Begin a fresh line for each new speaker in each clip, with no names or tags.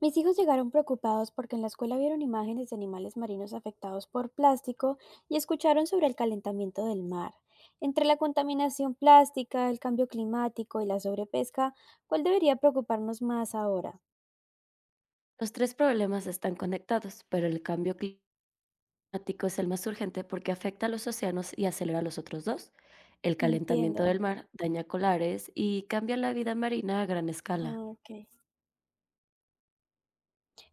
Mis hijos llegaron preocupados porque en la escuela vieron imágenes de animales marinos afectados por plástico y escucharon sobre el calentamiento del mar. Entre la contaminación plástica, el cambio climático y la sobrepesca, ¿cuál debería preocuparnos más ahora?
Los tres problemas están conectados, pero el cambio climático es el más urgente porque afecta a los océanos y acelera los otros dos. El calentamiento
Entiendo.
del mar daña colares y cambia la vida marina a gran escala.
Ah, ok.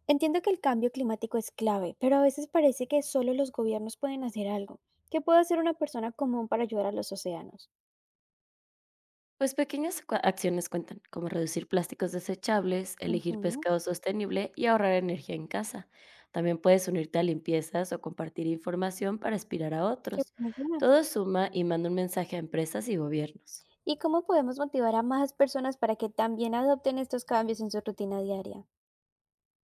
Entiendo que el cambio climático es clave, pero a veces parece que solo los gobiernos pueden hacer algo. ¿Qué puede hacer una persona común para ayudar a los océanos?
Pues pequeñas acciones cuentan, como reducir plásticos desechables, elegir
Ujú.
pescado sostenible y ahorrar energía en casa. También puedes unirte a limpiezas o compartir información para inspirar a
Qué
otros.
buena idea.
Todo suma y manda un mensaje a empresas y gobiernos.
¿Y cómo podemos motivar a más personas para que también adopten estos cambios en su rutina diaria?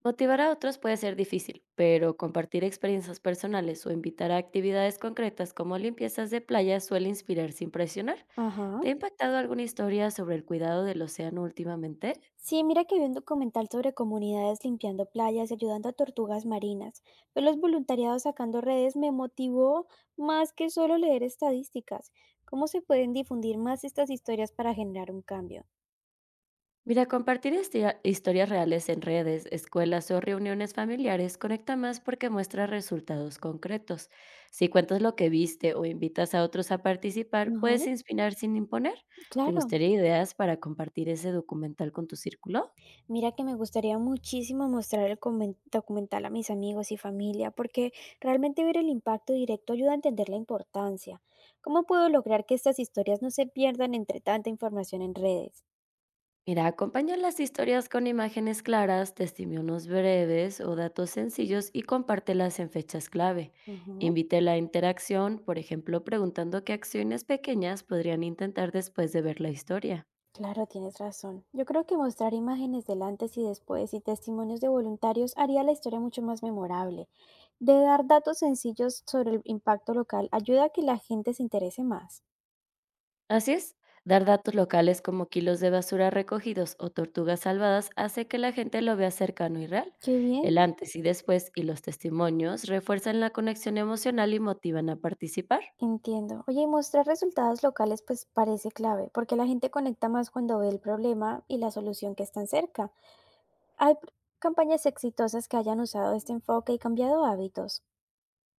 Motivar a otros puede ser difícil, pero compartir experiencias personales o invitar a actividades concretas como limpiezas de playa suele inspirar sin presionar.
Ajá.
¿Te ha impactado alguna historia sobre el cuidado del océano últimamente?
Sí, mira que vi un documental sobre comunidades limpiando playas y ayudando a tortugas marinas. Ver los voluntariados sacando redes me motivó más que solo leer estadísticas. ¿Cómo se pueden difundir más estas historias para generar un cambio?
Mira, compartir historias reales en redes, escuelas o reuniones familiares conecta más porque muestra resultados concretos. Si cuentas lo que viste o invitas a otros a participar,
Ajá,
puedes inspirar sin imponer. ¿Te
claro.
gustaría ideas para compartir ese documental con tu círculo?
Mira que me gustaría muchísimo mostrar el documental a mis amigos y familia, porque realmente ver el impacto directo ayuda a entender la importancia. ¿Cómo puedo lograr que estas historias no se pierdan entre tanta información en redes?
Mira, acompaña las historias con imágenes claras, testimonios breves o datos sencillos y compártelas en fechas clave.
Ujú.
Invite la interacción, por ejemplo, preguntando qué acciones pequeñas podrían intentar después de ver la historia.
Claro, tienes razón. Yo creo que mostrar imágenes del antes y después y testimonios de voluntarios haría la historia mucho más memorable. De dar datos sencillos sobre el impacto local ayuda a que la gente se interese más.
Así es, dar datos locales como kilos de basura recogidos o tortugas salvadas hace que la gente lo vea cercano y real.
Qué
El
bien.
antes y después y los testimonios refuerzan la conexión emocional y motivan a participar.
Entiendo. Oye, y mostrar resultados locales pues parece clave, porque la gente conecta más cuando ve el problema y la solución que están cerca. Hay pr- Campañas exitosas que hayan usado este enfoque y cambiado hábitos.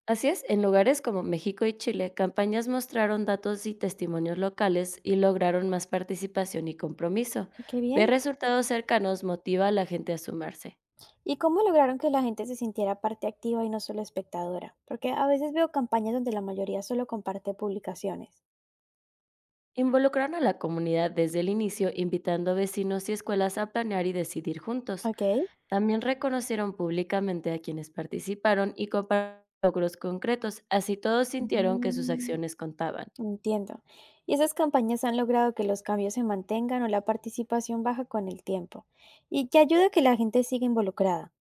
Así es, en lugares como México y Chile, campañas mostraron datos y testimonios locales y lograron más participación y compromiso.
Y qué bien.
Ver resultados cercanos motiva a la gente a sumarse.
¿Y cómo lograron que la gente se sintiera parte activa y no solo espectadora? Porque a veces veo campañas donde la mayoría solo comparte publicaciones.
Involucraron a la comunidad desde el inicio, invitando a vecinos y escuelas a planear y decidir juntos.
Ok.
También reconocieron públicamente a quienes participaron y compartieron logros concretos, así todos sintieron que sus
Mm,
acciones contaban.
entiendo. ¿Y esas campañas han logrado que los cambios se mantengan o la participación baja con el tiempo? ¿Y qué ayuda a que la gente siga involucrada?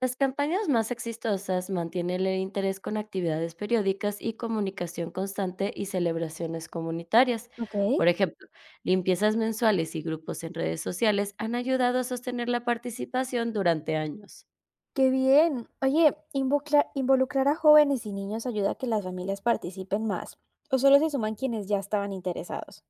Las campañas más exitosas mantienen el interés con actividades periódicas y comunicación constante y celebraciones comunitarias.
Ok.
Por ejemplo, limpiezas mensuales y grupos en redes sociales han ayudado a sostener la participación durante años.
Qué bien. Oye, involucrar a jóvenes y niños ayuda a que las familias participen más, o solo se suman quienes ya estaban interesados.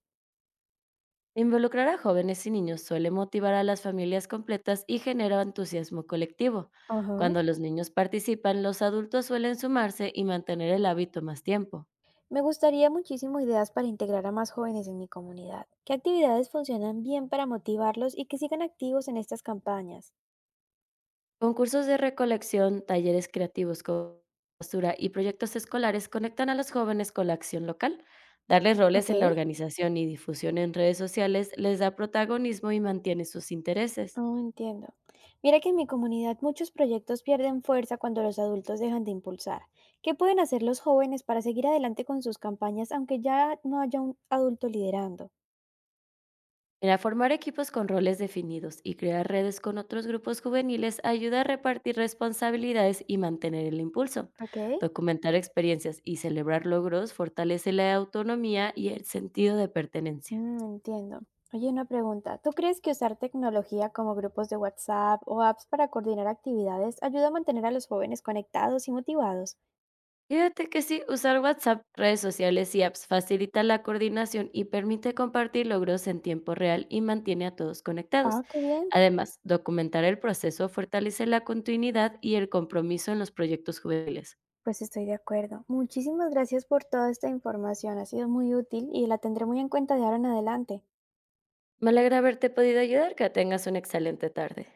Involucrar a jóvenes y niños suele motivar a las familias completas y genera entusiasmo colectivo.
Ajá.
Cuando los niños participan, los adultos suelen sumarse y mantener el hábito más tiempo.
Me gustaría muchísimo ideas para integrar a más jóvenes en mi comunidad. ¿Qué actividades funcionan bien para motivarlos y que sigan activos en estas campañas?
Concursos de recolección, talleres creativos con postura y proyectos escolares conectan a los jóvenes con la acción local. Darles roles
Ok.
en la organización y difusión en redes sociales les da protagonismo y mantiene sus intereses.
Oh, entiendo. Mira que en mi comunidad muchos proyectos pierden fuerza cuando los adultos dejan de impulsar. ¿Qué pueden hacer los jóvenes para seguir adelante con sus campañas aunque ya no haya un adulto liderando?
Mira, formar equipos con roles definidos y crear redes con otros grupos juveniles ayuda a repartir responsabilidades y mantener el impulso.
Ok.
Documentar experiencias y celebrar logros fortalece la autonomía y el sentido de pertenencia.
Mm, entiendo. Oye, una pregunta. ¿Tú crees que usar tecnología como grupos de WhatsApp o apps para coordinar actividades ayuda a mantener a los jóvenes conectados y motivados?
Fíjate que sí, usar WhatsApp, redes sociales y apps facilita la coordinación y permite compartir logros en tiempo real y mantiene a todos conectados.
Ah, qué bien.
Además, documentar el proceso fortalece la continuidad y el compromiso en los proyectos juveniles.
Pues estoy de acuerdo. Muchísimas gracias por toda esta información. Ha sido muy útil y la tendré muy en cuenta de ahora en adelante.
Me alegra haberte podido ayudar, que tengas una excelente tarde.